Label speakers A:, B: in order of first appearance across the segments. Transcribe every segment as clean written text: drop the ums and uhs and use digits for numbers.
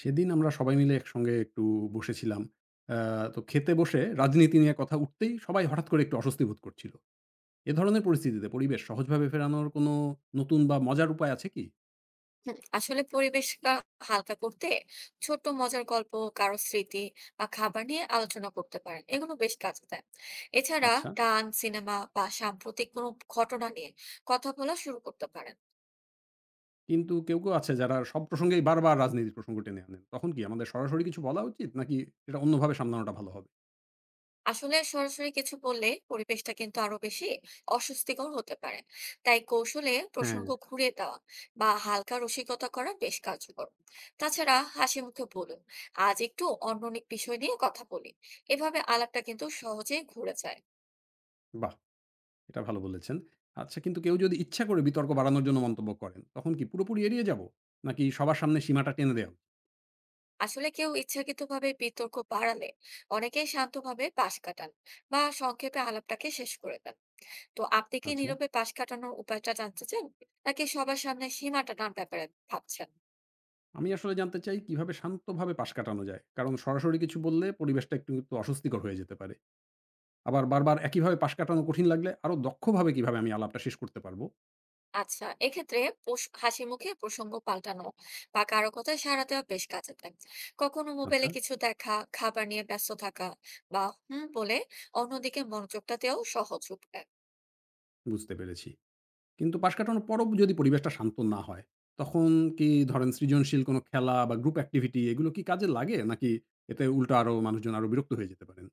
A: সেদিন আমরা সবাই মিলে একসঙ্গে একটু বসেছিলাম। আ তো খেতে বসে রাজনীতি নিয়ে কথা উঠতেই সবাই হঠাৎ করে একটু অস্বস্তি বোধ করছিল। এ ধরনের পরিস্থিতিতে পরিবেশ সহজভাবে ফেরানোর কোনো নতুন বা মজার উপায় আছে কি?
B: হুম, আসলে পরিবেশটা হালকা করতে ছোট্ট মজার গল্প, কারো স্মৃতি বা খাবার নিয়ে আলোচনা করতে পারেন, এগুলো বেশ কাজে দেয়। এছাড়া
A: আচ্ছা।
B: গান, সিনেমা বা সাম্প্রতিক কোনো ঘটনা নিয়ে কথা বলা শুরু করতে পারেন।
A: কিন্তু কেউ আছে যারা সব প্রসঙ্গেই বারবার রাজনীতির প্রসঙ্গ টেনে আনেন। তখন কি আমাদের সরাসরি কিছু বলা উচিত নাকি এটা অন্যভাবে সামলানোটা ভালো হবে?
B: আসলে সরাসরি কিছু বললে পরিবেশটা কিন্তু আরো বেশি অস্বস্তিকর হতে পারে, তাই কৌশলে
A: হ্যাঁ।
B: প্রসঙ্গ ঘুরিয়ে দেওয়া বা হালকা রসিকতা করা বেশ কার্যকর। তাছাড়া হাসি মুখে বলুন, আজ একটু অন্য অনেক বিষয় নিয়ে কথা বলি। এভাবে আলাপটা কিন্তু সহজেই ঘুরে যায়।
A: বাহ! এটা ভালো বলেছেন। আচ্ছা কিন্তু কেউ যদি ইচ্ছা করে বিতর্ক বাড়ানোর জন্য মন্তব্য করেন, তখন কি পুরোপুরি এড়িয়ে যাব? নাকি সবার সামনে সীমাটা টেনে দেওয়া উচিত?
B: আসলে কেউ ইচ্ছাকৃতভাবে বিতর্ক বাড়ালে অনেকেই শান্তভাবে পাশ কাটান বা সংক্ষেপে আলাপটাকে শেষ করে দেন। তো আপনি কি
A: আচ্ছা।
B: নীরবে পাশ কাটানোর উপায়টা জানতে চান, নাকি সবার সামনে সীমা টানার ব্যাপারে ভাবছেন?
A: আমি আসলে জানতে চাই কিভাবে শান্তভাবে পাশ কাটানো যায়। কারণ সরাসরি কিছু বললে পরিবেশটা একটু তো অস্বস্তিকর হয়ে যেতে পারে। আবার বারবার একইভাবে পাশ কাটানো কঠিন লাগলে আরো দক্ষভাবে কিভাবে আমি আলাপটা শেষ করতে পারবো?
B: আচ্ছা, এক্ষেত্রে হাসি মুখে প্রসঙ্গ পাল্টানো বা কারো কথায় সাড়া দেওয়া বেশ কাজে দেয়। কখনো
A: আচ্ছা,
B: মোবাইলে কিছু দেখা, খাবার নিয়ে ব্যস্ত থাকা, বা হুম বলে অন্যদিকে মনোযোগটা দেওয়াও সহজ উপায়।
A: বুঝতে পেরেছি। কিন্তু পাশ কাটানোর পরও যদি পরিবেশটা শান্ত না হয়, তখন কি ধরেন সৃজনশীল কোনো খেলা বা গ্রুপ অ্যাক্টিভিটি এগুলো কি কাজে লাগে? নাকি এতে উল্টো আরো মানুষজন আরো বিরক্ত হয়ে যেতে পারেন?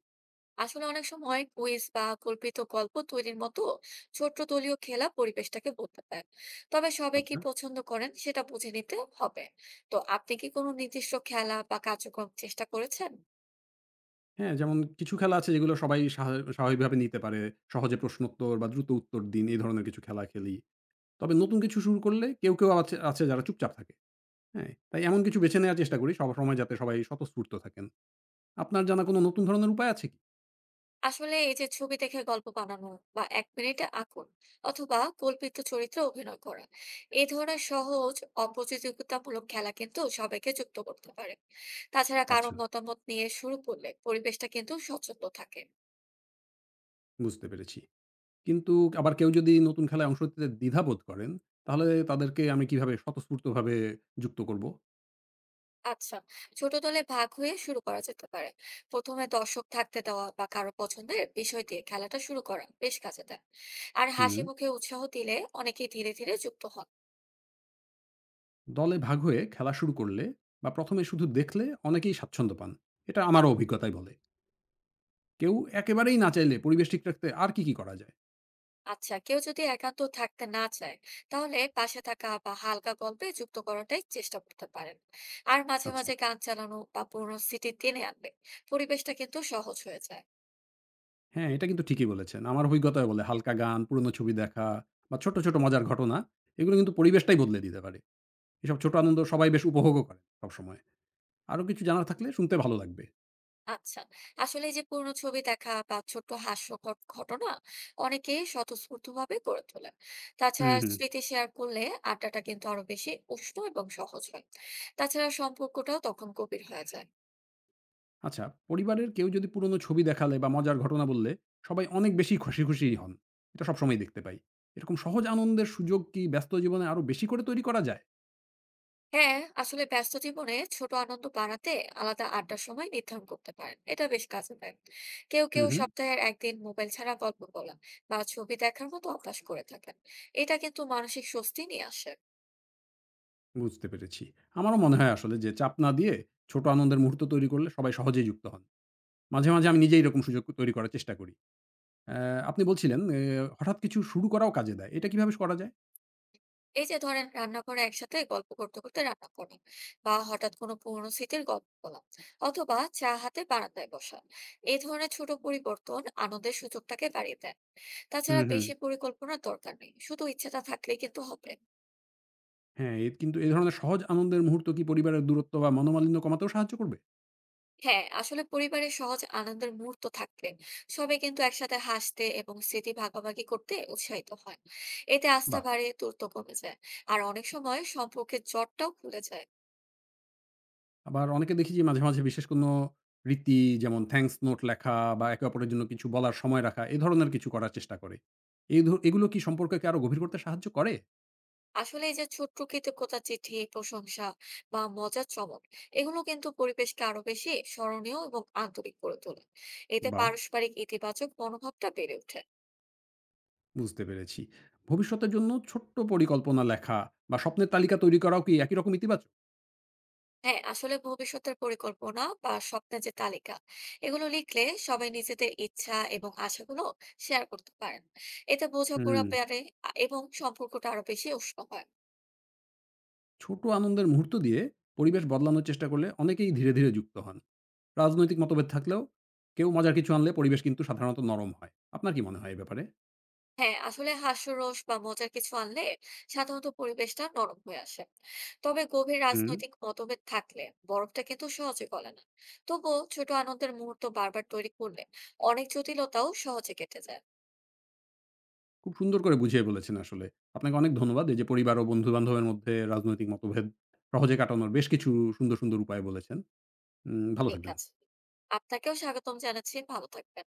B: আসলে অনেক সময় কুইজ বা কল্পিত গল্প তৈরির মতো ছোট্ট দলীয় খেলা পরিবেশটাকে বদলে দেয়। তবে সবাই কি
A: আচ্ছা।
B: পছন্দ করেন সেটা বুঝে নিতে হবে। তো আপনি কি কোনো নির্দিষ্ট খেলা বা কার্যক্রম চেষ্টা করেছেন?
A: হ্যাঁ, যেমন কিছু খেলা আছে যেগুলো সবাই স্বাভাবিকভাবে নিতে পারে। সহজে প্রশ্নোত্তর বা দ্রুত উত্তর দিন এই ধরনের কিছু খেলা খেলি। তবে নতুন কিছু শুরু করলে কেউ আছে আছে যারা চুপচাপ থাকে। হ্যাঁ? তাই এমন কিছু বেছে নেওয়ার চেষ্টা করি সবসময় যাতে সবাই স্বতঃস্ফূর্ত থাকেন। আপনার জানা কোনো নতুন ধরনের উপায় আছে কি?
B: আসলে এই যে ছবি দেখে গল্প বানানো বা এক মিনিটে আঁকুন, অথবা কল্পিত চরিত্রে অভিনয় করা, এই ধরনের সহজ অপ্রতিযোগিতামূলক খেলা কিন্তু সবাইকে যুক্ত করতে পারে। তাছাড়া কারো
A: আচ্ছা,
B: মতামত নিয়ে শুরু করলে পরিবেশটা কিন্তু স্বচ্ছন্দ থাকে।
A: বুঝতে পেরেছি। কিন্তু আবার কেউ যদি নতুন খেলায় অংশ নিতে দ্বিধাবোধ করেন, তাহলে তাদেরকে আমি কিভাবে স্বতঃস্ফূর্তভাবে যুক্ত করব?
B: আচ্ছা, ছোট দলে ভাগ হয়ে শুরু করা যেতে পারে। প্রথমে দর্শক থাকতে দেওয়া বা কারো পছন্দের বিষয় দিয়ে খেলাটা শুরু করা বেশ কাজে দেয়। আর
A: হুম।
B: হাসি মুখে উৎসাহ দিলে অনেকেই ধীরে ধীরে যুক্ত হন।
A: দলে ভাগ হয়ে খেলা শুরু করলে বা ১ম এ শুধু দেখলে অনেকেই স্বাচ্ছন্দ্য পান। এটা আমারও অভিজ্ঞতাই বলে। কেউ একেবারেই না চাইলে পরিবেশ ঠিক রাখতে আর কি করা যায়?
B: আচ্ছা, কেউ যদি একান্ত থাকতে না চায়, তাহলে পাশে থাকা বা হালকা গল্পে যুক্ত করাটাই চেষ্টা করতে পারেন। আর মাঝে
A: আচ্ছা।
B: মাঝে গান চালানো বা পুরোনো স্মৃতি টেনে আনলে পরিবেশটা কিন্তু সহজ হয়ে যায়।
A: হ্যাঁ, এটা কিন্তু ঠিকই বলেছেন। আমার অভিজ্ঞতায় বলে হালকা গান, পুরনো ছবি দেখা বা ছোট, ছোট মজার ঘটনা এগুলো কিন্তু পরিবেশটাই বদলে দিতে পারে। এসব ছোট আনন্দ সবাই বেশ উপভোগও করে সবসময়। আরো কিছু জানার থাকলে শুনতে ভালো লাগবে।
B: আচ্ছা, আসলে এই যে পুরনো ছবি দেখা বা ছোট্ট হাস্যকর ঘটনা, অনেকেই স্বতঃস্ফূর্ত ভাবে গড়ে তোলে।
A: হুম,
B: তাছাড়া
A: হুম।
B: স্মৃতি শেয়ার করলে আড্ডাটা কিন্তু আরো বেশি উষ্ণ এবং সহজ হয়। তাছাড়া সম্পর্কটাও তখন গভীর হয়ে যায়।
A: আচ্ছা পরিবারের কেউ যদি পুরনো ছবি দেখালে বা মজার ঘটনা বললে সবাই অনেক বেশি খুশিই হন। এটা সবসময়ই দেখতে পাই। এরকম সহজ আনন্দের সুযোগ কি ব্যস্ত জীবনে আরো বেশি করে তৈরি করা যায়?
B: হ্যাঁ, আসলে ব্যস্ত জীবনে ছোট আনন্দ বাড়াতে আলাদা আড্ডার সময় নির্ধারণ করতে পারেন, এটা বেশ কাজে দেয়। কেউ
A: হুম,
B: কেউ
A: হুম।
B: সপ্তাহের একদিন মোবাইল ছাড়া গল্প বলা বা ছবি দেখার মতো অভ্যাস করে থাকেন। এটা কিন্তু মানসিক স্বস্তি নিয়ে আসে।
A: বুঝতে পেরেছি। আমারও মনে হয় আসলে যে চাপ না দিয়ে ছোট আনন্দের মুহূর্ত তৈরি করলে সবাই সহজেই যুক্ত হন। মাঝে মাঝে আমি নিজেই এরকম সুযোগ তৈরি করার চেষ্টা করি। অ্যা আপনি বলছিলেন হঠাৎ কিছু শুরু করাও কাজে দেয়। এটা কিভাবে করা যায়?
B: এই যে ধরেন রান্নাঘরে একসাথে গল্প করতে করতে রান্না করা, বা হঠাৎ কোনো পুরোনো স্মৃতির গল্প বলা, অথবা চা হাতে বারান্দায় বসা, এই ধরনের ছোট পরিবর্তন আনন্দের সুযোগটাকে বাড়িয়ে দেয়।
A: হুম,
B: তাছাড়া
A: হুম।
B: বেশি পরিকল্পনার দরকার নেই, শুধু ইচ্ছাটা থাকলেই কিন্তু হবে।
A: হ্যাঁ, এ ধরনের সহজ আনন্দের মুহূর্ত কি পরিবারের দূরত্ব বা মনোমালিন্য কমাতেও সাহায্য করবে?
B: হ্যাঁ, আসলে পরিবারের সহজ আনন্দের মুহূর্ত থাকলে সবাই কিন্তু একসাথে হাসতে এবং স্মৃতি ভাগাভাগি করতে উৎসাহিত হয়। এতে আস্থা
A: বাহ!
B: বাড়ে, দূরত্ব কমে যায়। আর অনেক সময় সম্পর্কের জটটাও খুলে যায়।
A: আবার অনেকে দেখি যে মাঝে মাঝে বিশেষ কোনো রীতি যেমন থ্যাংকস নোট লেখা বা একে অপরের জন্য কিছু বলার সময় রাখা এ ধরনের কিছু করার চেষ্টা করে। এ ধ এগুলো কি সম্পর্ককে আরো গভীর করতে সাহায্য করে?
B: আসলে এই যে ছোট্ট কৃতজ্ঞতা চিঠি, প্রশংসা বা মজার চমক, এগুলো কিন্তু পরিবেশকে আরো বেশি স্মরণীয় এবং আন্তরিক করে তোলে। এতে
A: বাহ!
B: পারস্পরিক ইতিবাচক মনোভাবটা বেড়ে ওঠে।
A: বুঝতে পেরেছি। ভবিষ্যতের জন্য ছোট্ট পরিকল্পনা লেখা বা স্বপ্নের তালিকা তৈরি করাও কি একই রকম ইতিবাচক?
B: হ্যাঁ, আসলে ভবিষ্যতের পরিকল্পনা বা স্বপ্নের যে তালিকা, এগুলো লিখলে সবাই নিজেদের ইচ্ছা এবং আশাগুলো শেয়ার করতে পারেন। এতে
A: হুম।
B: বোঝাপড়া বাড়ে এবং সম্পর্কটা আরো বেশি উষ্ণ হয়।
A: ছোট আনন্দের মুহূর্ত দিয়ে পরিবেশ বদলানোর চেষ্টা করলে অনেকেই ধীরে ধীরে যুক্ত হন। রাজনৈতিক মতভেদ থাকলেও কেউ মজার কিছু আনলে পরিবেশ কিন্তু সাধারণত নরম হয়। আপনার কি মনে হয় এ ব্যাপারে?
B: হ্যাঁ, আসলে হাস্যরস বা মজার কিছু আনলে সাধারণত পরিবেশটা নরম হয়ে আসে। তবে গভীর
A: হুম।
B: রাজনৈতিক মতভেদ থাকলে বরফটা কিন্তু সহজে গলে না। তবুও ছোট আনন্দের মুহূর্ত বারবার তৈরি করলে অনেক জটিলতাও সহজে কেটে যায়।
A: খুব সুন্দর করে বুঝিয়ে বলেছেন আসলে। আপনাকে অনেক ধন্যবাদ। এই যে পরিবার ও বন্ধু-বান্ধবের মধ্যে রাজনৈতিক মতভেদ সহজে কাটানোর বেশ কিছু সুন্দর, সুন্দর উপায় বলেছেন। ভালো
B: ঠিক
A: থাকবেন।
B: আছে, আপনাকেও স্বাগতম জানাচ্ছি। ভালো থাকবেন।